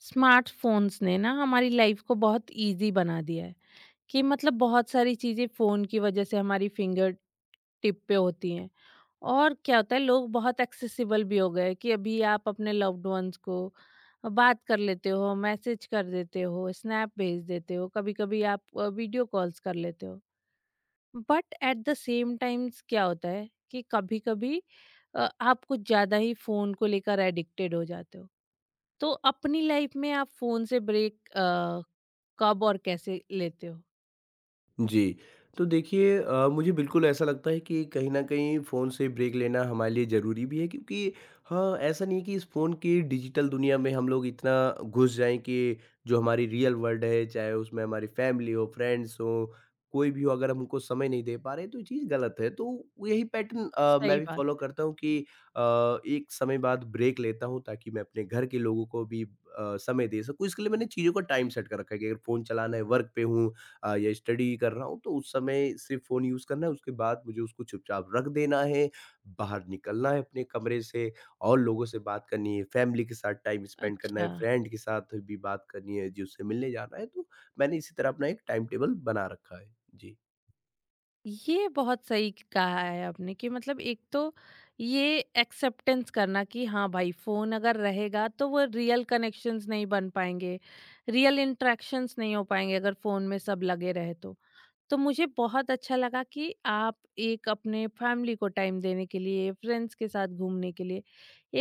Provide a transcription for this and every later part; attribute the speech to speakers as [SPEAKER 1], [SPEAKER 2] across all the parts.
[SPEAKER 1] Smartphones ने ना हमारी लाइफ को बहुत इजी बना दिया है कि मतलब बहुत सारी चीज़ें फ़ोन की वजह से हमारी फिंगर टिप पे होती हैं। और क्या होता है, लोग बहुत एक्सेसिबल भी हो गए हैं कि अभी आप अपने लव्ड वंस को बात कर लेते हो, मैसेज कर देते हो, स्नैप भेज देते हो, कभी कभी आप वीडियो कॉल्स कर लेते हो। But at the same times क्या होता है कि कभी कभी आप कुछ ज़्यादा ही फ़ोन को लेकर एडिक्टेड हो जाते हो। तो अपनी लाइफ में आप फोन से ब्रेक कब और कैसे लेते हो?
[SPEAKER 2] जी। तो देखिए मुझे बिल्कुल ऐसा लगता है कि कहीं न कहीं फ़ोन से ब्रेक लेना हमारे लिए ज़रूरी भी है, क्योंकि हाँ, ऐसा नहीं है कि इस फ़ोन की डिजिटल दुनिया में हम लोग इतना घुस जाएँ कि जो हमारी रियल वर्ल्ड है, चाहे उसमें हमारी फैमिली हो, फ्रेंड्स हों, कोई भी हो, अगर हम उनको समय नहीं दे पा रहे हैं तो ये चीज़ गलत है। तो यही पैटर्न मैं
[SPEAKER 1] सही
[SPEAKER 2] भी
[SPEAKER 1] बात।
[SPEAKER 2] फ़ॉलो करता हूँ कि अ, एक समय बाद ब्रेक लेता हूँ, ताकि मैं अपने घर के लोगों को भी समय दे सकूँ। इसके लिए मैंने चीज़ों को टाइम सेट कर रखा है कि अगर फ़ोन चलाना है, वर्क पे हूँ या स्टडी कर रहा हूँ, तो उस समय सिर्फ फ़ोन यूज़ करना है, उसके बाद मुझे उसको चुपचाप रख देना है, बाहर निकलना है अपने कमरे से और लोगों से बात करनी है, फैमिली के साथ टाइम स्पेंड करना
[SPEAKER 1] अच्छा,
[SPEAKER 2] है, फ्रेंड के साथ भी बात करनी है, जिससे मिलने जाना है। तो मैंने इसी तरह अपना एक टाइम टेबल बना रखा है। जी।
[SPEAKER 1] ये बहुत सही कहा है आपने कि मतलब एक तो ये एक्सेप्टेंस करना कि हाँ भाई, फ़ोन अगर रहेगा तो वो रियल कनेक्शंस नहीं बन पाएँगे, रियल इंटरेक्शंस नहीं हो पाएँगे अगर फ़ोन में सब लगे रहे तो। तो मुझे बहुत अच्छा लगा कि आप एक अपने फैमिली को टाइम देने के लिए, फ्रेंड्स के साथ घूमने के लिए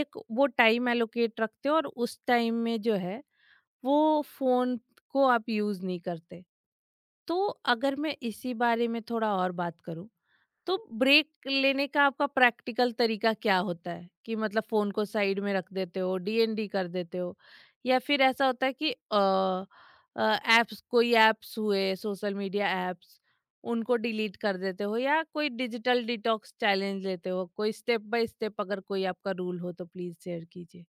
[SPEAKER 1] एक वो टाइम एलोकेट रखते हो और उस टाइम में जो है वो फोन को आप यूज नहीं करते। तो अगर मैं इसी बारे में थोड़ा और बात करूं, तो ब्रेक लेने का आपका प्रैक्टिकल तरीका क्या होता है कि मतलब फोन को साइड में रख देते हो, डीएनडी कर देते हो, या फिर ऐसा होता है कि ऐप्स, कोई ऐप्स हुए सोशल मीडिया ऐप्स उनको डिलीट कर देते हो, या कोई डिजिटल डिटॉक्स चैलेंज लेते हो? कोई स्टेप बाय स्टेप अगर कोई आपका रूल हो तो प्लीज शेयर कीजिए।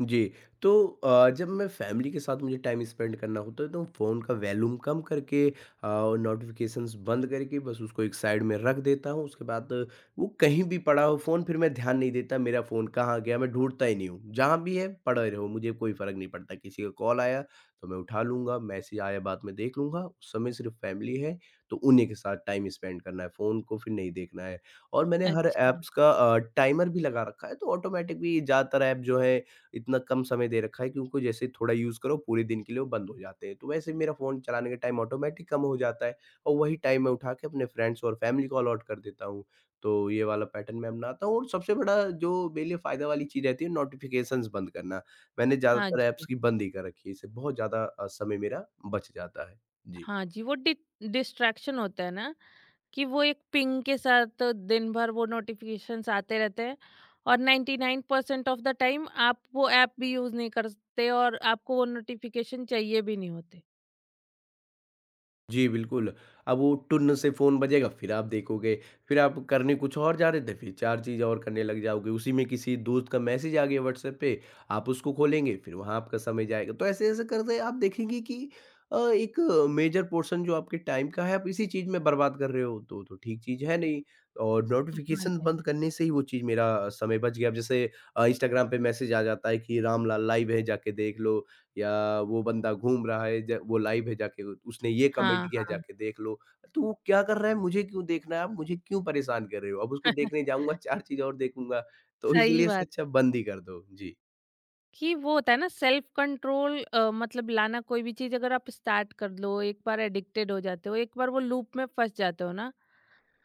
[SPEAKER 2] जी, तो जब मैं फैमिली के साथ मुझे टाइम स्पेंड करना होता है, तो फ़ोन का वॉल्यूम कम करके और नोटिफ़िकेशंस बंद करके बस उसको एक साइड में रख देता हूँ। उसके बाद वो कहीं भी पड़ा हो फ़ोन, फिर मैं ध्यान नहीं देता मेरा फ़ोन कहाँ गया, मैं ढूँढता ही नहीं हूँ। जहाँ भी है पड़ा रहो, मुझे कोई फ़र्क नहीं पड़ता। किसी का कॉल आया तो मैं उठा लूँगा, मैसेज आया बाद में देख लूँगा। उस समय सिर्फ़ फैमिली है, तो उन्हीं के साथ टाइम स्पेंड करना है, फ़ोन को फिर नहीं देखना है। और मैंने हर
[SPEAKER 1] अच्छा।
[SPEAKER 2] ऐप्स का टाइमर भी लगा रखा है, तो ऑटोमैटिक भी ज़्यादातर ऐप जो है, इतना कम समय दे रखा है कि उनको जैसे थोड़ा यूज़ करो पूरे दिन के लिए वो बंद हो जाते हैं। तो वैसे मेरा फ़ोन चलाने का टाइम ऑटोमेटिक कम हो जाता है और वही टाइम मैं उठा के अपने फ्रेंड्स और फैमिली को अलॉट कर देता हूँ। तो ये वाला पैटर्न मैं अपनाता हूँ, और सबसे बड़ा जो मेरे लिए फ़ायदा वाली चीज़ रहती है, नोटिफ़िकेशंस बंद करना। मैंने
[SPEAKER 1] हाँ
[SPEAKER 2] ज़्यादातर ऐप्स
[SPEAKER 1] जी।
[SPEAKER 2] की बंद ही कर रखी है, इससे बहुत ज़्यादा समय मेरा बच जाता है। जी।
[SPEAKER 1] हाँ जी, वो डि डिस्ट्रैक्शन होता है ना कि वो एक पिंग के साथ दिन भर वो नोटिफिकेशंस आते रहते हैं, और 99% ऑफ द टाइम आप वो ऐप भी यूज़ नहीं करते और आपको वो नोटिफिकेशन चाहिए भी नहीं होते।
[SPEAKER 2] जी, बिल्कुल। अब वो टुन से फ़ोन बजेगा, फिर आप देखोगे, फिर आप करने कुछ और जा रहे थे, फिर 4 चीज़ और करने लग जाओगे, उसी में किसी दोस्त का मैसेज आ गया व्हाट्सएप पे, आप उसको खोलेंगे, फिर वहाँ आपका समय जाएगा। तो ऐसे-ऐसे करते आप देखेंगे कि एक मेजर पोर्शन जो आपके टाइम का है आप इसी चीज़ में बर्बाद कर रहे हो, तो ठीक चीज़ है नहीं। और
[SPEAKER 1] हाँ
[SPEAKER 2] नोटिफ़िकेशन
[SPEAKER 1] जी।
[SPEAKER 2] बंद करने से ही वो चीज़ मेरा समय बच गया। अब जैसे इंस्टाग्राम पे मैसेज आ जाता है कि रामलाल लाइव है जाके देख लो, या वो बंदा घूम रहा है ज वो लाइव है जाके उसने ये कमेंट
[SPEAKER 1] हाँ,
[SPEAKER 2] किया
[SPEAKER 1] हाँ।
[SPEAKER 2] जाके देख लो। तो वो क्या कर रहा है, मुझे क्यों देखना है? आप मुझे क्यों परेशान कर रहे हो? अब उसको देखने जाऊँगा, 4 चीज़ और देखूँगा। तो
[SPEAKER 1] सही
[SPEAKER 2] इसलिए इससे
[SPEAKER 1] बात
[SPEAKER 2] अच्छा
[SPEAKER 1] है।
[SPEAKER 2] बंद ही कर दो। जी।
[SPEAKER 1] कि वो होता है ना सेल्फ कंट्रोल, मतलब लाना, कोई भी चीज़ अगर आप स्टार्ट कर लो, एक बार एडिक्टेड हो जाते हो, एक बार वो लूप में फँस जाते हो ना,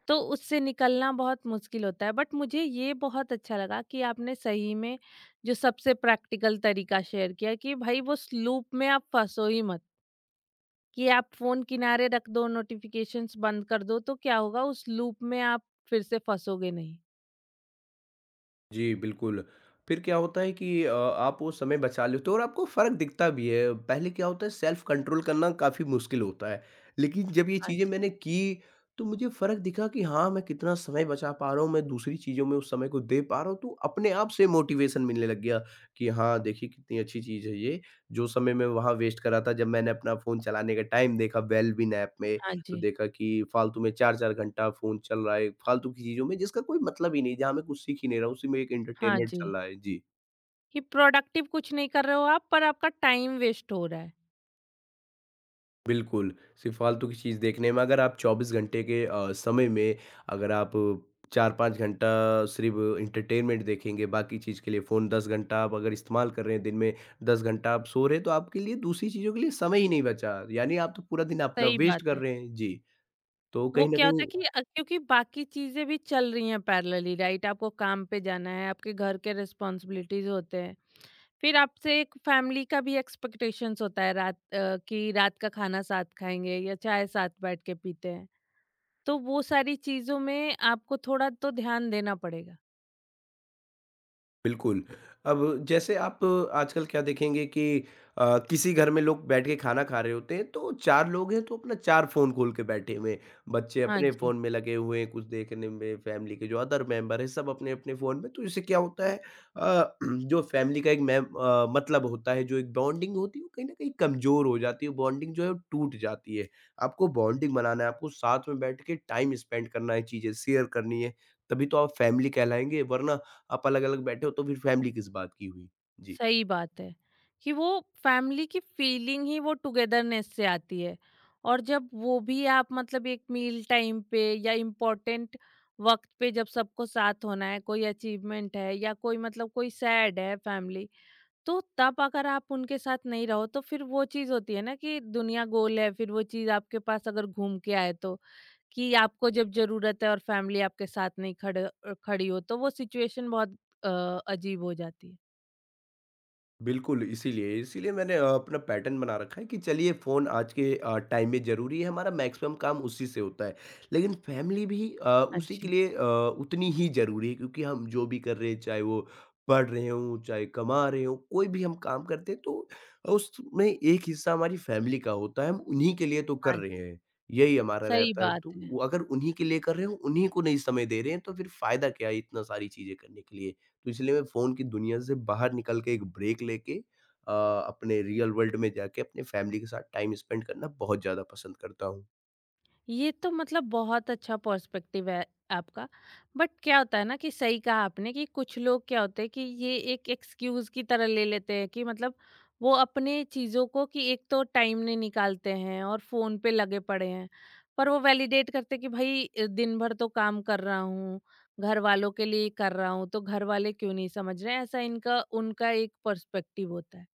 [SPEAKER 1] तो उससे निकलना बहुत मुश्किल होता है। बट मुझे ये बहुत अच्छा लगा कि आपने सही में जो सबसे प्रैक्टिकल तरीका शेयर किया कि भाई वो उस लूप में आप फंसो ही मत। कि आप फोन किनारे रख दो, नोटिफिकेशंस बंद कर दो, तो क्या होगा, उस लूप में आप फिर से फंसोगे नहीं।
[SPEAKER 2] जी, बिल्कुल। फिर क्या होता है कि आप वो समय बचा लेते हो और आपको फ़र्क दिखता भी है। पहले क्या होता है, सेल्फ़ कंट्रोल करना काफ़ी मुश्किल होता है। लेकिन जब ये
[SPEAKER 1] हाँ
[SPEAKER 2] चीज़ें
[SPEAKER 1] जी।
[SPEAKER 2] मैंने की, तो मुझे फ़र्क दिखा कि हाँ, मैं कितना समय बचा पा रहा हूँ, मैं दूसरी चीज़ों में उस समय को दे पा रहा हूँ, तो अपने आप से मोटिवेशन मिलने लग गया कि हाँ, देखिए कितनी अच्छी चीज़ है ये। जो समय मैं वहाँ वेस्ट कर रहा था, जब मैंने अपना फ़ोन चलाने का टाइम देखा वेल बीन ऐप में,
[SPEAKER 1] हाँ
[SPEAKER 2] तो
[SPEAKER 1] जी।
[SPEAKER 2] देखा कि फालतू में 4-4 घंटा फ़ोन चल रहा है, फालतू की चीज़ों में, जिसका कोई मतलब ही नहीं, जहाँ मैं कुछ सीख ही नहीं रहा हूँ, उसी में एक
[SPEAKER 1] हाँ
[SPEAKER 2] एंटरटेनमेंट
[SPEAKER 1] जी,
[SPEAKER 2] चल रहा है। जी।
[SPEAKER 1] कि प्रोडक्टिव कुछ नहीं कर रहे हो आप, पर आपका टाइम वेस्ट हो रहा है।
[SPEAKER 2] बिल्कुल, सिर्फ़ फालतू की चीज़ देखने में अगर आप 24 घंटे के समय में, अगर आप 4-5 घंटा सिर्फ़ एंटरटेनमेंट देखेंगे, बाकी चीज़ के लिए फ़ोन 10 घंटा आप अगर इस्तेमाल कर रहे हैं दिन में, 10 घंटा आप सो रहे हैं, तो आपके लिए दूसरी चीज़ों के लिए समय ही नहीं बचा। यानी आप तो पूरा दिन अपना
[SPEAKER 1] सही बात
[SPEAKER 2] वेस्ट कर
[SPEAKER 1] है।
[SPEAKER 2] रहे हैं। जी, तो
[SPEAKER 1] वो
[SPEAKER 2] कहीं न
[SPEAKER 1] क्या
[SPEAKER 2] कहीं
[SPEAKER 1] होता है कि क्योंकि बाकी चीज़ें भी चल रही हैं पैरेलली, राइट? आपको काम पे जाना है, आपके घर के रिस्पॉन्सिबिलिटीज़ होते हैं। फिर आपसे एक फैमिली का भी एक्सपेक्टेशंस होता है, कि रात का खाना साथ खाएँगे या चाय साथ बैठ के पीते हैं। तो वो सारी चीज़ों में आपको थोड़ा तो ध्यान देना पड़ेगा।
[SPEAKER 2] बिल्कुल। अब जैसे आप आजकल क्या देखेंगे कि किसी घर में लोग बैठ के खाना खा रहे होते हैं, तो 4 लोग हैं, तो अपना 4 फ़ोन खोल के बैठे हुए हैं। बच्चे
[SPEAKER 1] हाँ
[SPEAKER 2] अपने
[SPEAKER 1] जी।
[SPEAKER 2] फ़ोन में लगे हुए हैं कुछ देखने में, फ़ैमिली के जो अदर मेंबर हैं सब अपने-अपने फ़ोन में। तो इससे क्या होता है? अ, जो फ़ैमिली का एक में मतलब होता है, जो एक बॉन्डिंग होती है वो कहीं न कहीं कमज़ोर हो जाती है, बॉन्डिंग जो है वो टूट जाती है। आपको बॉन्डिंग बनाना है, आपको साथ में बैठ के टाइम स्पेंड करना है, चीज़ें शेयर करनी है, तभी तो आप फ़ैमिली कहलाएँगे, वरना आप अलग-अलग बैठे हो तो फिर फैमिली किस बात की हुई? जी।
[SPEAKER 1] सही बात है। कि वो फैमिली की फीलिंग ही वो टुगेदरनेस से आती है, और जब वो भी आप मतलब एक मील टाइम पे या इम्पोर्टेंट वक्त पे जब सबको साथ होना है, कोई अचीवमेंट है या कोई मतलब कोई सैड है फैमिली, तो तब अगर आप उनके साथ नहीं रहो, तो फिर वो चीज़ होती है ना कि दुनिया गोल है, फिर वो चीज़ आपके पास अगर घूम के आए तो, कि आपको जब ज़रूरत है और फैमिली आपके साथ नहीं खड़े खड़ी हो, तो वो सिचुएशन बहुत अ, अजीब हो जाती है।
[SPEAKER 2] बिल्कुल, इसीलिए इसीलिए मैंने अपना पैटर्न बना रखा है कि चलिए फ़ोन आज के टाइम में ज़रूरी है, हमारा मैक्सिमम काम उसी से होता है। लेकिन फैमिली भी
[SPEAKER 1] हाँ
[SPEAKER 2] उसी के
[SPEAKER 1] जी।
[SPEAKER 2] लिए उतनी ही ज़रूरी है, क्योंकि हम जो भी कर रहे हैं, चाहे वो पढ़ रहे हों, चाहे कमा रहे हों, कोई भी हम काम करते हैं, तो उसमें एक हिस्सा हमारी फैमिली का होता है, हम उन्हीं के लिए तो कर
[SPEAKER 1] हाँ
[SPEAKER 2] रहे
[SPEAKER 1] जी।
[SPEAKER 2] हैं, यही हमारा
[SPEAKER 1] सही
[SPEAKER 2] रहता है।
[SPEAKER 1] बात
[SPEAKER 2] तो
[SPEAKER 1] है।
[SPEAKER 2] वो अगर उन्हीं के लिए कर रहे हो, उन्हीं को नहीं समय दे रहे हैं, तो फिर फ़ायदा क्या है इतना सारी चीज़ें करने के लिए? तो इसलिए मैं फ़ोन की दुनिया से बाहर निकल के एक ब्रेक लेके अपने रियल वर्ल्ड में जाके अपने फैमिली के साथ टाइम स्पेंड करना बहुत ज़्यादा पसंद करता हूँ।
[SPEAKER 1] ये तो मतलब बहुत अच्छा पर्सपेक्टिव है आपका। बट क्या होता है ना कि सही कहा आपने कि कुछ लोग क्या होते हैं कि ये एक एक्सक्यूज़ की तरह ले लेते हैं, कि मतलब वो अपने चीज़ों को कि एक तो टाइम नहीं निकालते हैं और फ़ोन पे लगे पड़े हैं। पर वो वैलिडेट करते हैं कि भई, दिन भर तो काम कर रहा हूँ, घर वालों के लिए कर रहा हूँ, तो घर वाले क्यों नहीं समझ रहे हैं? ऐसा इनका उनका एक पर्सपेक्टिव होता है।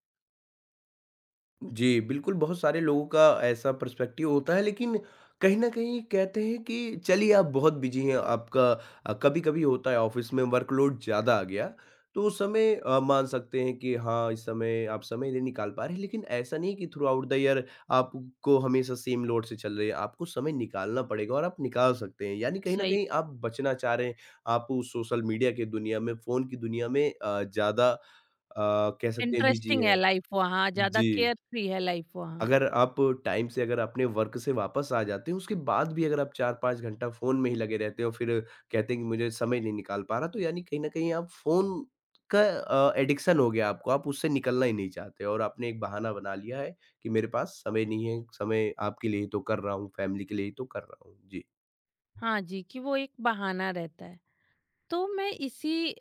[SPEAKER 2] जी, बिल्कुल, बहुत सारे लोगों का ऐसा पर्सपेक्टिव होता है, लेकिन कहीं न कहीं कहते हैं कि चलिए आप बहुत बिज़ी हैं, आपका कभी-कभी होता है ऑफ़िस में वर्कलोड ज़्यादा आ गया, तो उस समय मान सकते हैं कि हाँ, इस समय आप समय नहीं निकाल पा रहे हैं, लेकिन ऐसा नहीं कि थ्रू आउट द ईयर आपको हमेशा सेम लोड से चल रही है, आपको समय निकालना पड़ेगा और आप निकाल सकते हैं। यानी कहीं न
[SPEAKER 1] सही।
[SPEAKER 2] कहीं आप बचना चाह रहे हैं, आप उस सोशल मीडिया की दुनिया में, फ़ोन की दुनिया में ज़्यादा कह सकते हैं बिज़ी
[SPEAKER 1] इंटरेस्टिंग है
[SPEAKER 2] हैं।
[SPEAKER 1] लाइफ़ वहाँ, ज़्यादा
[SPEAKER 2] जी।
[SPEAKER 1] केयर फ्री है लाइफ़ वहाँ।
[SPEAKER 2] अगर आप टाइम से अगर अपने वर्क से वापस आ जाते हो, उसके बाद भी अगर आप 4-5 घंटा फ़ोन में ही लगे रहते हो, फिर कहते हैं कि मुझे समय नहीं निकाल पा रहा, तो यानी कहीं न कहीं आप फ़ोन का एडिक्शन हो गया आपको, आप उससे निकलना ही नहीं चाहते और आपने एक बहाना बना लिया है कि मेरे पास समय नहीं है, समय आपके लिए ही तो कर रहा हूँ, फैमिली के लिए ही तो कर रहा हूँ। जी।
[SPEAKER 1] हाँ जी, कि वो एक बहाना रहता है। तो मैं इसी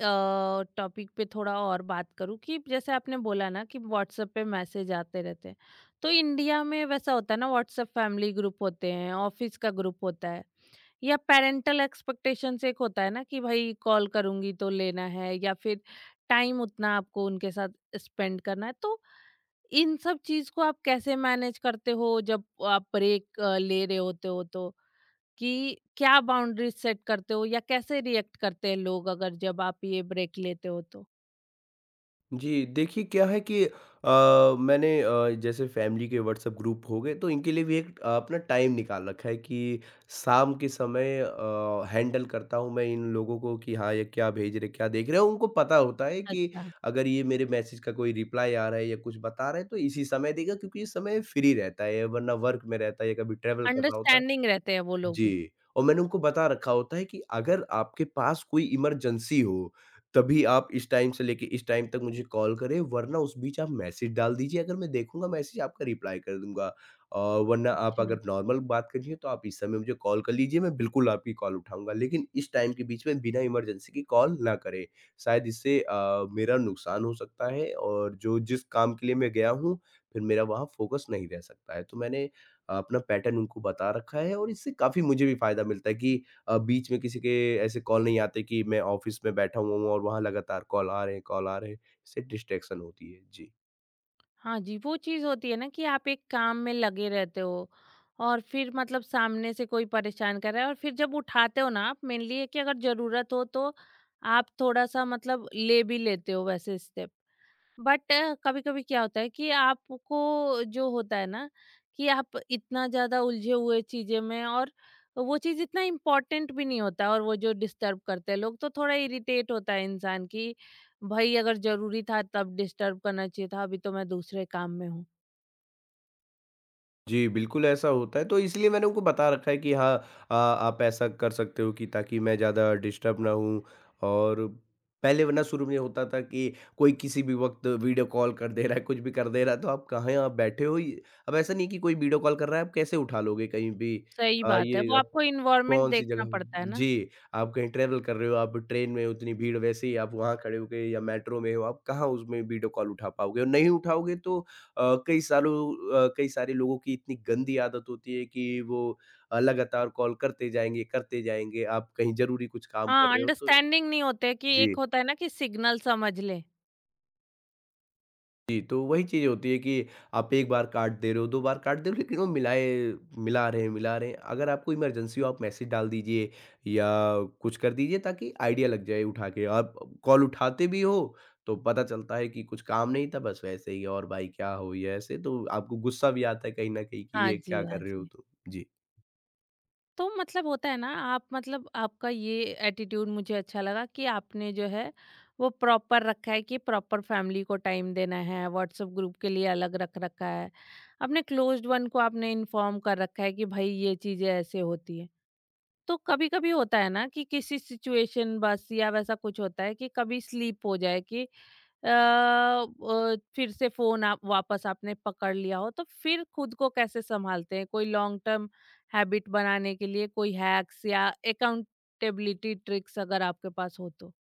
[SPEAKER 1] टॉपिक पे थोड़ा और बात करूँ, कि जैसे आपने बोला ना कि व्हाट्सएप पे मैसेज आते रहते हैं। तो इंडिया में वैसा होता है ना, व्हाट्सएप फैमिली ग्रुप होते हैं, ऑफिस का ग्रुप होता है, या पैरेंटल एक्सपेक्टेशंस एक होता है ना कि भाई कॉल करूँगी तो लेना है, या फिर टाइम उतना आपको उनके साथ स्पेंड करना है। तो इन सब चीज़ को आप कैसे मैनेज करते हो जब आप ब्रेक ले रहे होते हो तो? कि क्या बाउंड्रीज सेट करते हो, या कैसे रिएक्ट करते हैं लोग अगर जब आप ये ब्रेक लेते हो तो?
[SPEAKER 2] जी, देखिए क्या है कि मैंने जैसे फैमिली के व्हाट्सएप ग्रुप हो गए, तो इनके लिए भी एक अपना टाइम निकाल रखा है कि शाम के समय हैंडल करता हूँ मैं इन लोगों को कि हाँ, ये क्या भेज रहे, क्या देख रहे हैं। उनको पता होता है कि
[SPEAKER 1] अच्छा।
[SPEAKER 2] अगर ये मेरे मैसेज का कोई रिप्लाई आ रहा है या कुछ बता रहा है तो इसी समय देगा, क्योंकि इस समय फ्री रहता है, वरना वर्क में रहता है या कभी ट्रैवल कर रहा होता है।
[SPEAKER 1] अंडरस्टैंडिंग रहते हैं वो लोग भी।
[SPEAKER 2] जी, और मैंने उनको बता रखा होता है कि अगर आपके पास कोई इमरजेंसी हो, तभी आप इस टाइम से लेके इस टाइम तक मुझे कॉल करें, वरना उस बीच आप मैसेज डाल दीजिए, अगर मैं देखूँगा मैसेज आपका रिप्लाई कर दूँगा। अ, वरना आप
[SPEAKER 1] अच्छा।
[SPEAKER 2] अगर नॉर्मल बात करनी है, तो आप इस समय मुझे कॉल कर लीजिए, मैं बिल्कुल आपकी कॉल उठाऊँगा, लेकिन इस टाइम के बीच में बिना इमरजेंसी की कॉल ना करें। शायद इससे मेरा नुकसान हो सकता है और जो जिस काम के लिए मैं गया हूँ, फिर मेरा वहाँ फ़ोकस नहीं रह सकता है। तो मैंने अपना पैटर्न उनको बता रखा है, और इससे काफ़ी मुझे भी फ़ायदा मिलता है कि बीच में किसी के ऐसे कॉल नहीं आते कि मैं ऑफ़िस में बैठा हुआ हूँ और वहाँ लगातार कॉल आ रहे हैं, कॉल आ रहे हैं, इससे डिस्ट्रैक्शन होती है। जी।
[SPEAKER 1] हाँ जी, वो चीज़ होती है ना कि आप एक काम में लगे रहते हो, और फिर मतलब सामने से कोई परेशान कर रहा है, और फिर जब उठाते हो ना आप, मेनली है कि अगर ज़रूरत हो तो आप थोड़ा-सा मतलब ले भी लेते हो वैसे स्टेप। बट कभी कभी क्या होता है कि आपको जो होता है ना कि आप इतना ज्यादा उलझे हुए चीजें में, और वो चीज इतना इम्पोर्टेंट भी नहीं होता, और वो जो डिस्टर्ब करते हैं लोग, तो थोड़ा इरिटेट होता है इंसान की भाई, अगर जरूरी था तब डिस्टर्ब करना चाहिए था, अभी तो मैं दूसरे काम में हूँ।
[SPEAKER 2] जी, बिल्कुल ऐसा होता है, तो इसलिए मैंने उनको बता रखा है कि हाँ, आप ऐसा कर सकते हो कि ताकि मैं ज़्यादा डिस्टर्ब ना हूँ, और पहले वरना शुरू में होता था कि कोई किसी भी वक़्त वीडियो कॉल कर दे रहा है, कुछ भी कर दे रहा है, तो आप कहाँ हैं? आप बैठे हो ही। अब ऐसा नहीं है कि कोई वीडियो कॉल कर रहा है, आप कैसे उठा लोगे कहीं भी?
[SPEAKER 1] सही बात है, वो
[SPEAKER 2] ये
[SPEAKER 1] आपको इन्वायरमेंट
[SPEAKER 2] कौन-सी जगह
[SPEAKER 1] देखना
[SPEAKER 2] हुई?
[SPEAKER 1] पड़ता है ना।
[SPEAKER 2] जी, आप कहीं ट्रैवल कर रहे हो, आप ट्रेन में उतनी भीड़ वैसे ही आप वहाँ खड़े हो गए या मेट्रो में हो, आप कहाँ उसमें वीडियो कॉल उठा पाओगे और नहीं उठाओगे तो कई सारे लोगों की इतनी गंदी आदत होती है कि वो लगातार कॉल करते जाएँगे, करते जाएँगे। आप कहीं ज़रूरी कुछ काम कर
[SPEAKER 1] हाँ,
[SPEAKER 2] रहे हो तो।
[SPEAKER 1] अंडरस्टैंडिंग नहीं होते कि
[SPEAKER 2] जी।
[SPEAKER 1] एक होता है ना कि सिग्नल समझ ले।
[SPEAKER 2] जी, तो वही चीज़ होती है कि आप एक बार काट दे रहे हो, 2 बार काट दे रहे हो लेकिन वो मिला रहे हैं, मिला रहे हैं। अगर आपको इमरजेंसी हो आप मैसेज डाल दीजिए या कुछ कर दीजिए ताकि आइडिया लग जाए उठा के। आप कॉल उठाते भी हो तो पता चलता है कि कुछ काम नहीं था, बस वैसे ही। और भाई क्या हो ये ऐसे, तो आपको गुस्सा भी आता है कहीं न कहीं कि
[SPEAKER 1] हाँ
[SPEAKER 2] ये क्या
[SPEAKER 1] जी। हाँ
[SPEAKER 2] कर रहे हो
[SPEAKER 1] जी।
[SPEAKER 2] तुम? जी।
[SPEAKER 1] तो मतलब होता है ना आप, मतलब आपका ये एटीट्यूड मुझे अच्छा लगा कि आपने जो है वो प्रॉपर रखा है कि प्रॉपर फैमिली को टाइम देना है, व्हाट्सएप ग्रुप के लिए अलग रख रखा है, अपने क्लोज्ड वन को आपने इन्फॉर्म कर रखा है कि भाई ये चीज़ें ऐसे होती है। तो कभी कभी होता है ना कि किसी सिचुएशन बस या वैसा कुछ होता है कि कभी स्लीप हो जाए, कि फिर से फोन आप वापस आपने पकड़ लिया हो, तो फिर खुद को कैसे संभालते हैं? कोई लॉन्ग टर्म हैबिट बनाने के लिए कोई हैक्स या अकाउंटेबिलिटी ट्रिक्स अगर आपके पास हो तो।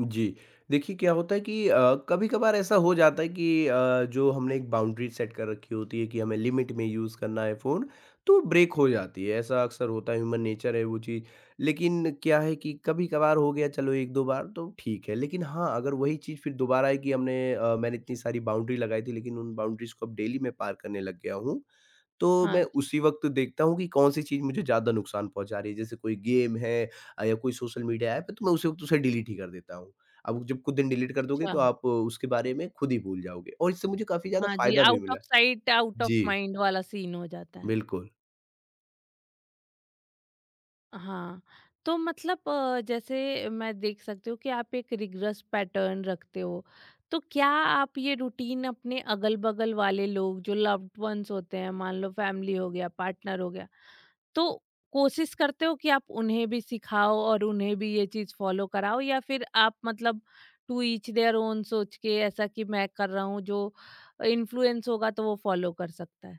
[SPEAKER 2] जी। देखिए क्या होता है कि कभी-कभार ऐसा हो जाता है कि जो हमने एक बाउंड्री सेट कर रखी होती है कि हमें लिमिट में यूज़ करना है फ़ोन, तो ब्रेक हो जाती है। ऐसा अक्सर होता है, ह्यूमन नेचर है वो चीज़। लेकिन क्या है कि कभी-कभार हो गया, चलो 1-2 बार तो ठीक है। लेकिन हाँ, अगर वही चीज़ फिर दोबारा है कि मैंने इतनी सारी बाउंड्री लगाई थी लेकिन उन बाउंड्रीज़ को अब डेली मैं पार करने लग गया हूँ। तो
[SPEAKER 1] हाँ
[SPEAKER 2] मैं
[SPEAKER 1] जी।
[SPEAKER 2] उसी वक़्त देखता हूँ कि कौन-सी चीज़ मुझे ज़्यादा नुकसान पहुँचा रही है। जैसे कोई गेम है, या कोई सोशल मीडिया ऐप है तो मैं उसी वक़्त उसे डिलीट ही कर देता हूँ। अब जब खुद दिन डिलीट कर दोगे
[SPEAKER 1] अच्छा।
[SPEAKER 2] तो आप उसके बारे में खुद ही भूल जाओगे और इससे मुझे काफ़ी ज़्यादा
[SPEAKER 1] हाँ जी,
[SPEAKER 2] फ़ायदा भी
[SPEAKER 1] आउट
[SPEAKER 2] मिला
[SPEAKER 1] ऑफ
[SPEAKER 2] है।
[SPEAKER 1] साइट आउट ऑफ
[SPEAKER 2] जी,
[SPEAKER 1] माइंड वाला सीन हो जाता है।
[SPEAKER 2] बिल्कुल।
[SPEAKER 1] हाँ, तो मतलब जैसे मैं देख सकती हूँ कि आप एक रिग्रेस पैटर्न रखते हो, तो क्या आप ये रूटीन अपने अगल-बगल वाले लोग जो लव्ड वंस होते हैं, मान लो फैमिली हो गया, पार्टनर हो गया, तो कोशिश करते हो कि आप उन्हें भी सिखाओ और उन्हें भी ये चीज़ फॉलो कराओ? या फिर आप मतलब टू ईच देयर ओन सोच के, ऐसा कि मैं कर रहा हूँ, जो इन्फ्लुएंस होगा तो वो फॉलो कर सकता है?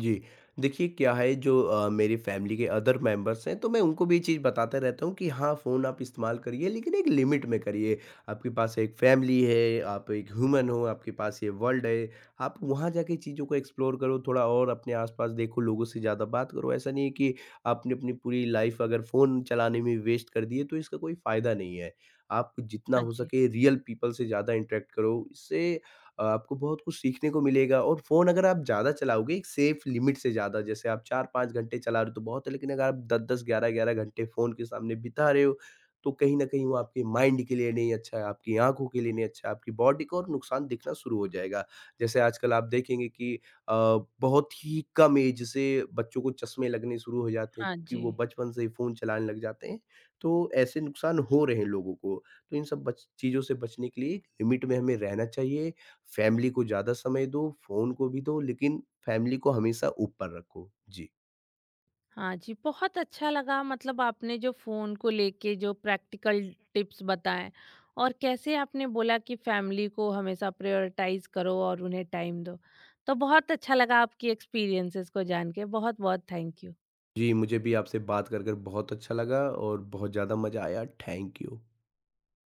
[SPEAKER 2] जी, देखिए क्या है जो मेरी फ़ैमिली के अदर मेंबर्स हैं तो मैं उनको भी ये चीज़ बताता रहता हूँ कि हाँ, फ़ोन आप इस्तेमाल करिए लेकिन एक लिमिट में करिए। आपके पास एक फ़ैमिली है, आप एक ह्यूमन हो, आपके पास ये वर्ल्ड है, आप वहाँ जाके चीज़ों को एक्सप्लोर करो थोड़ा और अपने आस-पास देखो, लोगों से ज़्यादा बात करो। ऐसा नहीं है कि आपने अपनी पूरी लाइफ़ अगर फ़ोन चलाने में वेस्ट कर दी है तो इसका कोई फ़ायदा नहीं है। आप जितना
[SPEAKER 1] हाँ
[SPEAKER 2] हो
[SPEAKER 1] जी।
[SPEAKER 2] सके रियल पीपल से ज़्यादा इंटरैक्ट करो, इससे आपको बहुत कुछ सीखने को मिलेगा। और फ़ोन अगर आप ज़्यादा चलाओगे एक सेफ लिमिट से ज़्यादा, जैसे आप 4-5 घंटे चला रहे हो तो बहुत है, लेकिन अगर आप 10-10, 11-11 घंटे फ़ोन के सामने बिता रहे हो, तो कहीं न कहीं वो आपके माइंड के लिए नहीं अच्छा है, आपकी आँखों के लिए नहीं अच्छा है, आपकी बॉडी को और नुकसान दिखना शुरू हो जाएगा। जैसे आजकल आप देखेंगे कि अ, बहुत ही कम एज से बच्चों को चश्मे लगने शुरू हो जाते हैं
[SPEAKER 1] हाँ
[SPEAKER 2] क्योंकि
[SPEAKER 1] जी।
[SPEAKER 2] वो बचपन से ही फ़ोन चलाने लग जाते हैं, तो ऐसे नुकसान हो रहे हैं लोगों को। तो इन सब बच चीज़ों से बचने के लिए एक लिमिट में हमें रहना चाहिए। फैमिली को ज़्यादा समय दो, फ़ोन को भी दो लेकिन फैमिली को हमेशा ऊपर रखो। जी।
[SPEAKER 1] हाँ जी, बहुत अच्छा लगा, मतलब आपने जो फ़ोन को लेके जो प्रैक्टिकल टिप्स बताएं, और कैसे आपने बोला कि फैमिली को हमेशा प्रायोरिटाइज करो और उन्हें टाइम दो, तो बहुत अच्छा लगा आपकी एक्सपीरियंसेस को जान के। बहुत बहुत थैंक यू।
[SPEAKER 2] जी, मुझे भी आपसे बात कर बहुत अच्छा लगा और बहुत ज़्यादा मज़ा आया। Thank you.